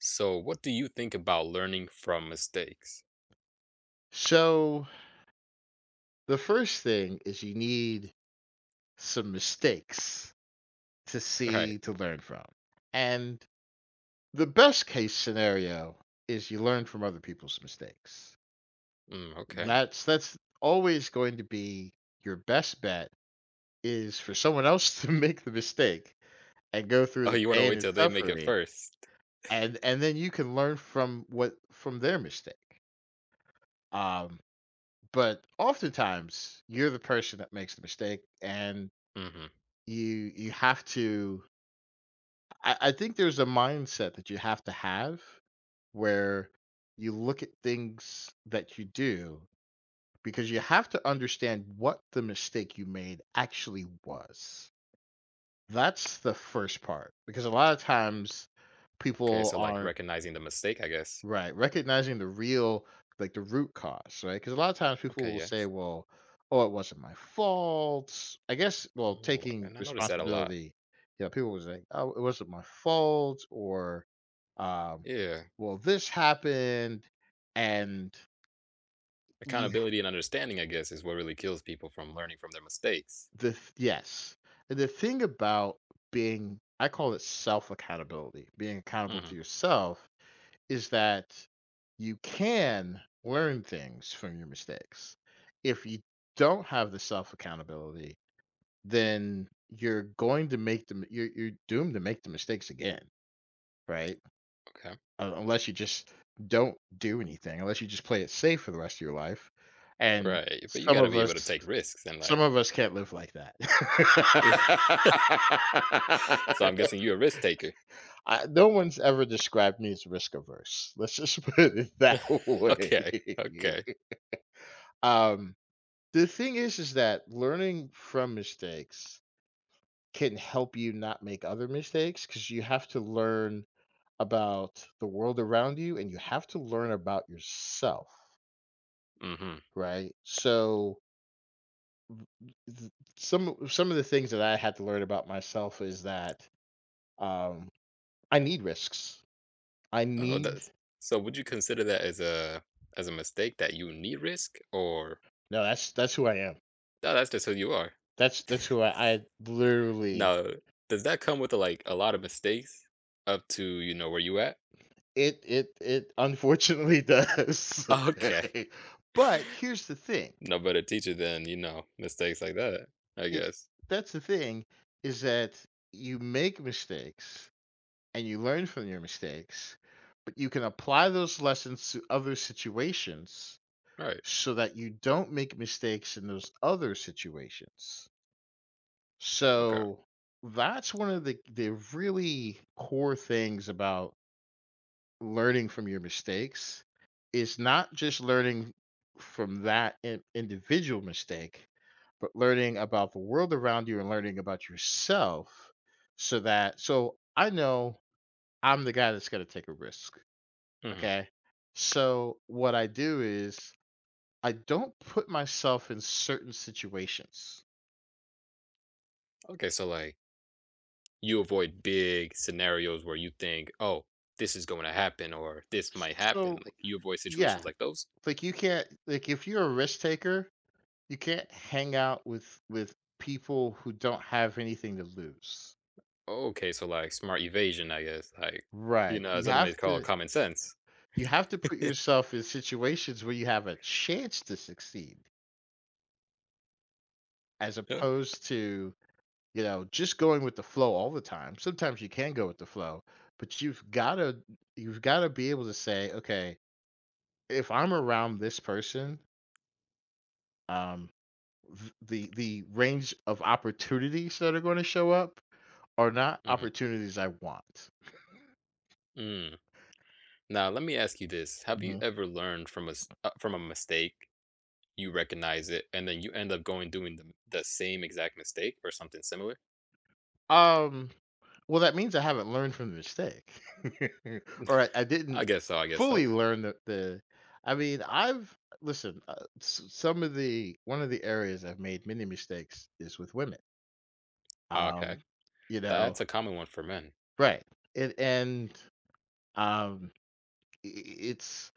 So, what do you think about learning from mistakes? So the first thing is you need some mistakes to All right. see to learn from. And the best case scenario is you learn from other people's mistakes. Mm, okay. That's always going to be your best bet is for someone else to make the mistake and go through Oh, the you want to pain wait and till they make it suffering first? and then you can learn from what from their mistake. Um but oftentimes you're the person that makes the mistake and Mm-hmm. you have to I think there's a mindset that you have to have where you look at things that you do because you have to understand what the mistake you made actually was. That's the first part because a lot of times Okay. people So, like aren't. recognizing the mistake, I guess. Right, recognizing the real, like, the root cause, right? Because a lot of times people Okay. will say, Yes. "Well, oh, it wasn't my fault." I guess, well, Oh, taking and I notice that a lot. responsibility. Yeah, people will say, "Oh, it wasn't my fault," or, um, Yeah. "Well, this happened," and you Accountability and understanding, I guess, is what really kills people from learning from their mistakes. the th yes. And the thing about being, I call it self-accountability, being accountable Mm-hmm. to yourself, is that you can learn things from your mistakes. If you don't have the self accountability, then you're going to make them. You're doomed to make the mistakes again, right? Okay. Unless you just don't do anything, unless you just play it safe for the rest of your life. And Right. But you some got to of be able to us, take risks in some life. of us can't live like that. So, I'm guessing you're a risk taker. I, no one's ever described me as risk averse. Let's just put it that way. Okay. Okay. Um, the thing is that learning from mistakes can help you not make other mistakes because you have to learn about the world around you, and you have to learn about yourself, Mm-hmm. right? So, th some of the things that I had to learn about myself is that, um, I need risks. I Oh, need that's so would you consider that as a mistake that you need risk or No, that's who I am. No, that's just who you are. That's who I literally Now, does that come with like a lot of mistakes up to, you know, where you at? it unfortunately does. Okay. But here's the thing, No better teacher than, you know, mistakes like that, I it guess. that's the thing is that you make mistakes and you learn from your mistakes, but you can apply those lessons to other situations Right. so that you don't make mistakes in those other situations. Okay. So, that's one of the really core things about learning from your mistakes is not just learning from that in individual mistake, but learning about the world around you and learning about yourself so that so I know I'm the guy that's going to take a risk, hmm okay? So what I do is I don't put myself in certain situations. Okay, so like you avoid big scenarios where you think, oh, this is going to happen or this might happen. So, Like you avoid situations yeah, like those. like you can't like if you're a risk taker, you can't hang out with people who don't have anything to lose. Okay, so like smart evasion, I guess. Like, you Right. know, as other may call it common sense. You have to put yourself in situations where you have a chance to succeed as Okay. opposed to, you know, just going with the flow all the time. Sometimes you can go with the flow, but you've got to be able to say, okay, if I'm around this person, um the the range of opportunities that are going to show up are not Mhm. opportunities I want. Mm. Now, let me ask you this. Have you ever learned from a from a mistake, you recognize it, and then you end up going doing the same exact mistake or something similar? Um, well, that means I haven't learned from the mistake, or I didn't I guess so. I guess fully so. learn that the. I mean, I've listen. Some of the one of the areas I've made many mistakes is with women. Um, Okay. you know, That's a common one for men. right? And um, it's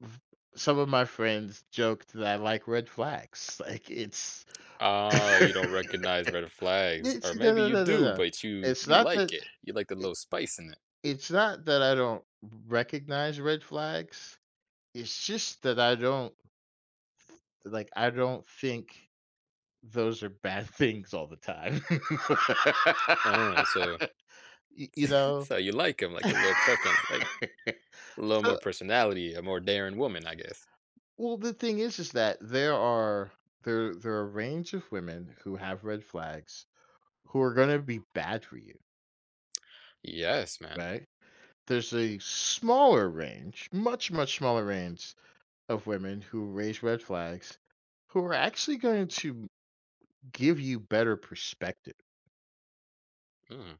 v- some of my friends joked that I like red flags. Like it's Ah, you don't recognize red flags, it's or no maybe no you no no do, no. but you It's you not like that it. You like the it, little spice in it. it's not that I don't recognize red flags. It's just that I don't like, I don't think those are bad things all the time. So Y You know? so you like him, like a little preference, like a little more So personality, a more daring woman, I guess. well, the thing is that there are there are a range of women who have red flags who are gonna be bad for you, Yes, man. right? There's a smaller range, much, much smaller range of women who raise red flags who are actually going to give you better perspective, Mm.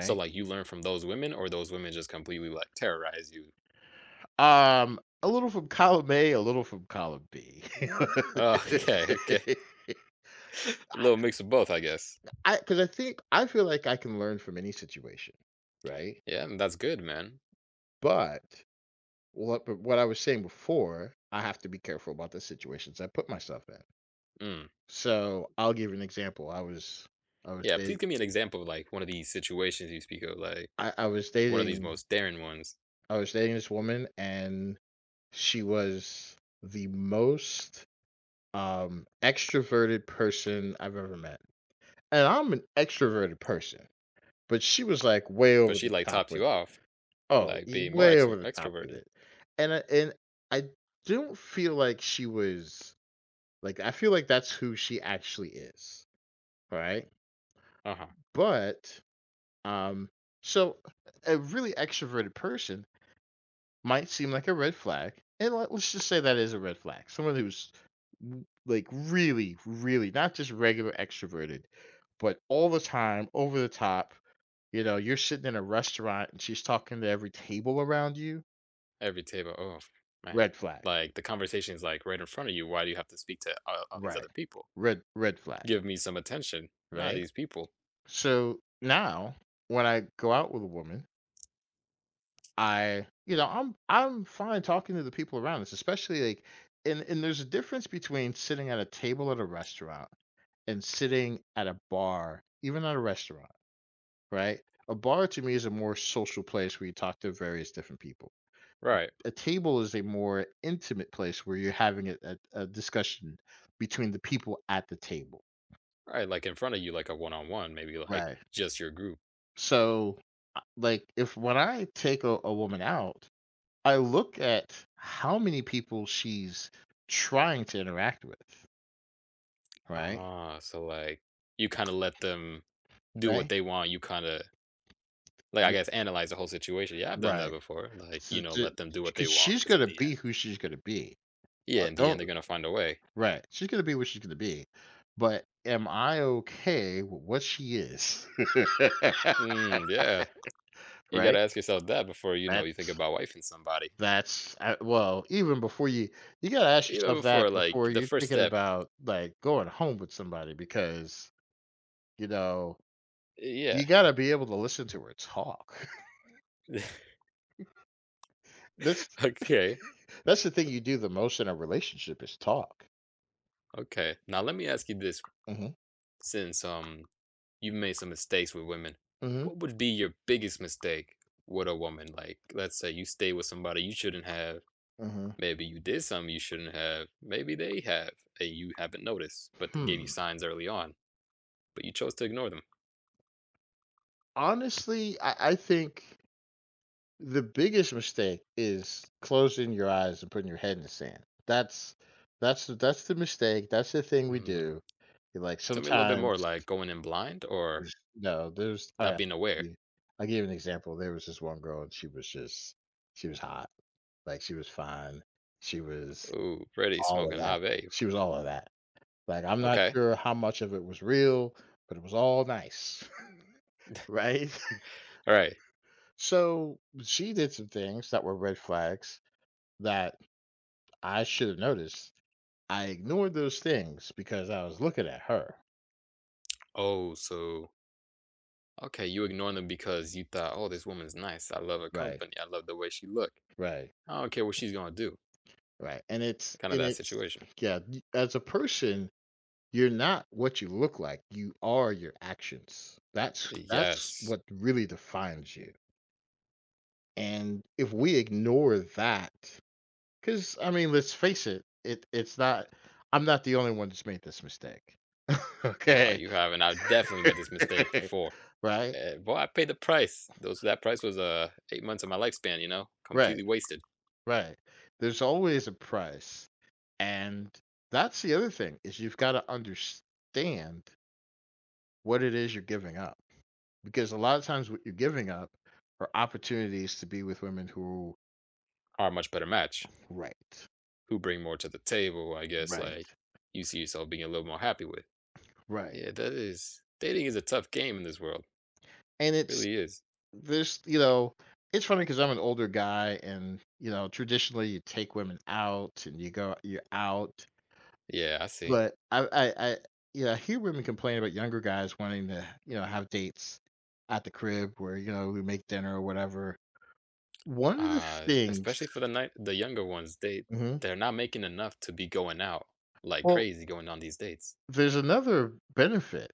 So, like, you learn from those women or those women just completely, like, terrorize you? A little from column A, a little from column B. Oh, okay, okay. A little mix of both, I guess. I, because I think I feel like I can learn from any situation, right? Yeah, and that's good, man. But but what I was saying before, I have to be careful about the situations I put myself in. Mm. So, I'll give you an example. I was Yeah, please dating, give me an example of, like, one of these situations you speak of, like, I I was one of these dating most daring ones, I was dating this woman, and she was the most, extroverted person I've ever met. And I'm an extroverted person, but she was, like, way but over she, the like, top tops you with it. off, Oh, like, e being more way ex over the top with extroverted. it. And I don't feel like she was like, I feel like that's who she actually is, right? Uh-huh. But, um, so a really extroverted person might seem like a red flag, and let's just say that is a red flag. Someone who's, w like, really, really not just regular extroverted, but all the time, over the top, you know, you're sitting in a restaurant and she's talking to every table around you, Every table. Oh, man. red flag, Like, the conversation is, like, right in front of you. Why do you have to speak to all these right? other people? Red flag, Give me some attention. Not right? these people. So now when I go out with a woman, I you know, I'm fine talking to the people around us, especially like and there's a difference between sitting at a table at a restaurant and sitting at a bar, even at a restaurant, right? A bar to me is a more social place where you talk to various different people, Right. a table is a more intimate place where you're having a discussion between the people at the table. Right, like, in front of you, like a one-on-one, maybe, like, Right. just your group. So, like, if when I take a woman out, I look at how many people she's trying to interact with, right? Ah, so, like, you kinda let them do what Right? they want, you kinda like, I Yeah. guess, analyze the whole situation. Yeah, I've done that Right. before, like, So, you know, let them do what they because want she's because going in to the be end who she's going to be. I yeah, in the don't, end, they're gonna find a way. right. She's going to be what she's going to be. But am I okay with what she is? Mm, yeah. You gotta right? ask yourself that before, you know, you think That's about wifing somebody. Well, even before you, you gotta ask Even yourself that before, before like, the you're first thinking step about, like, going home with somebody because, you know, yeah. you gotta be able to listen to her talk. That's Okay, that's the thing you do the most in a relationship is talk. okay. Now let me ask you this, Mhm, since, you've made some mistakes with women, mhm, what would be your biggest mistake with a woman? Like, let's say you stay with somebody you shouldn't have. mhm. Maybe you did something you shouldn't have. Maybe they have, and you haven't noticed, but they gave you Hmm. signs early on, but you chose to ignore them. Honestly, I think the biggest mistake is closing your eyes and putting your head in the sand. That's the mistake, that's the thing we Mm. do. Like, Tell me a little bit sometimes more, like going in blind or Is no, there's I not being aware. yeah. I'll give an example. There was this one girl, and she was just she was hot. Like, she was fine. She was Ooh, Freddie all of smoking that. hot babe. She was all of that. Like, I'm not Okay. sure how much of it was real, but it was all nice, right? All right. So, she did some things that were red flags that I should have noticed. I ignored those things because I was looking at her. Oh, so okay, you ignoring them because you thought, oh, this woman's nice. I love her Right, company. I love the way she look. right, I don't care what she's gonna do. right, and Kind of that it's situation. yeah, as a person you're not what you look like, you are your actions. That's Yes. what really defines you, and if we ignore that, because I mean, let's face it, it's not I'm not the only one that's made this mistake. No, Okay. you haven't. I've definitely made this mistake before. Right? Boy, I paid the price. Those that price was 8 months of my lifespan. You know, Right, completely wasted. right. There's always a price, and that's the other thing, is you've gotta understand what it is you're giving up, because a lot of times what you're giving up are opportunities to be with women who. Are a much better match. Right. Who bring more to the table? I guess Right, like you see yourself being a little more happy with. right. Yeah, that is dating is a tough game in this world. And it's Really is. there's you know, it's funny because 'cause I'm an older guy and, you know, traditionally, you take women out and you go you're out, Yeah, I see. but I you know, I hear women complain about younger guys wanting to, you know, have dates at the crib where, you know, we make dinner or whatever. One of the things. Especially for the night, the younger ones, they Mhm. they're not making enough to be going out like Well, crazy, going on these dates. there's another benefit.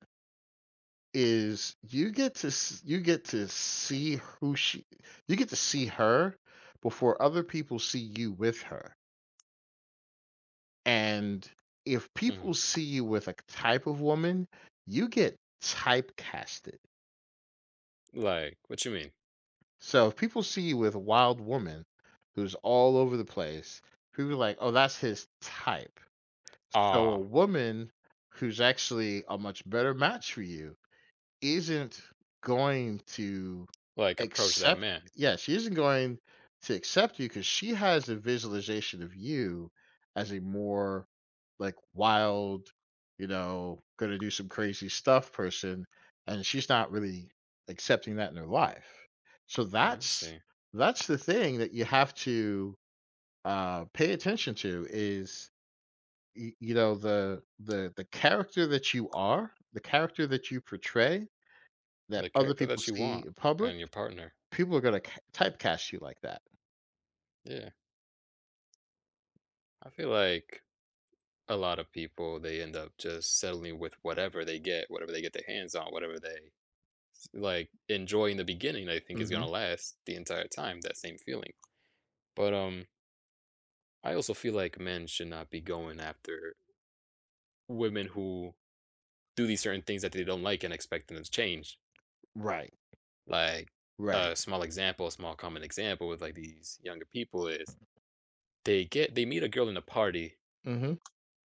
Is you get to s you get to see who she you get to see her before other people see you with her, and if people Mm. see you with a type of woman, you get typecasted. Like, what you mean? So if people see you with a wild woman who's all over the place, people are like, "Oh, that's his type." So a Ah, woman who's actually a much better match for you isn't going to like approach that accept man. yeah, she isn't going to accept you because she has a visualization of you as a more, like, wild, you know, gonna do some crazy stuff person, and she's not really accepting that in her life. So I see. that's the thing that you have to, pay attention to is, y you know, the character that you are, the character that you portray And that the other character people that you see want in public, and your partner. people are gonna typecast you like that. Yeah. I feel like a lot of people they end up just settling with whatever they get their hands on, whatever they like enjoy in the beginning. I think is Mhm. gonna last the entire time. That same feeling, but I also feel like men should not be going after women who do these certain things that they don't like and expecting them to change. Right, Like right. a small example, a small common example with like these younger people is they get they meet a girl in a party Mhm.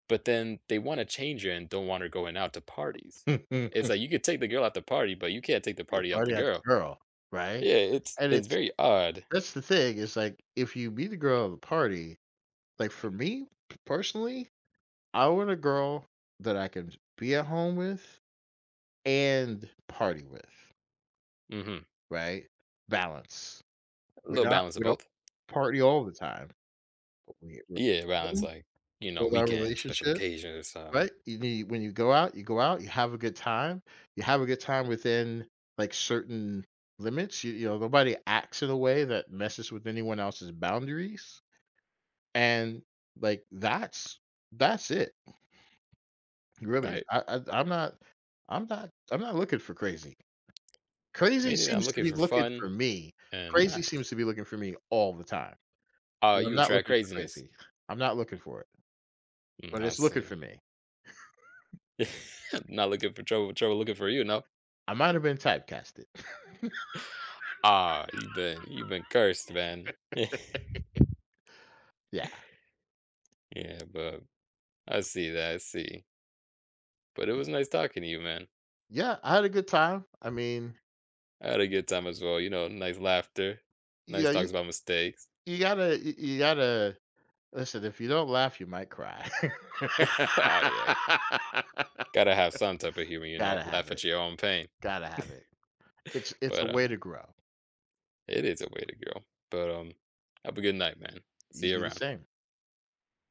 but then they wanna change her and don't want her going out to parties. It's like you could take the girl out to party, but you can't take the The party out party the at the girl. girl, right? Yeah, And it's it's very odd. that's the thing, it's like, if you meet a girl at the party like, for me, personally, I want a girl that I can be at home with and party with, Mhm. right? Balance. A We're little not balance of we don't both. party all the time, but we we're Yeah, balance, home, like, we you know, build our weekends, special relationship, occasions, right? You need when you go out, you go out, you have a good time. You have a good time within, like, certain limits. You know, nobody acts in a way that messes with anyone else's boundaries, and, like, that's it, really. Right. I'm not I'm not looking for crazy. Crazy Mainly that I'm seems to looking be for looking for fun me. and Crazy nice. seems to be looking for me all the time, Oh, and I'm you not attract looking for craziness. crazy. I'm not looking for it, Mm, but I it's looking see. for me. Not looking for trouble, trouble looking for you, no? I might have been typecasted. Ah, you've been cursed, man. Yeah. Yeah, but I see that, I see. But it was nice talking to you, man. Yeah, I had a good time. I mean, I had a good time as well. You know, nice laughter, you nice know, talks about mistakes. you you gotta listen, if you don't laugh, you might cry. Oh yeah, gotta have some type of humor. You know, Gotta have laugh at it. your own pain. Gotta have it. It's a But way to grow. it is a way to go. But have a good night, man. You See you do the around. same.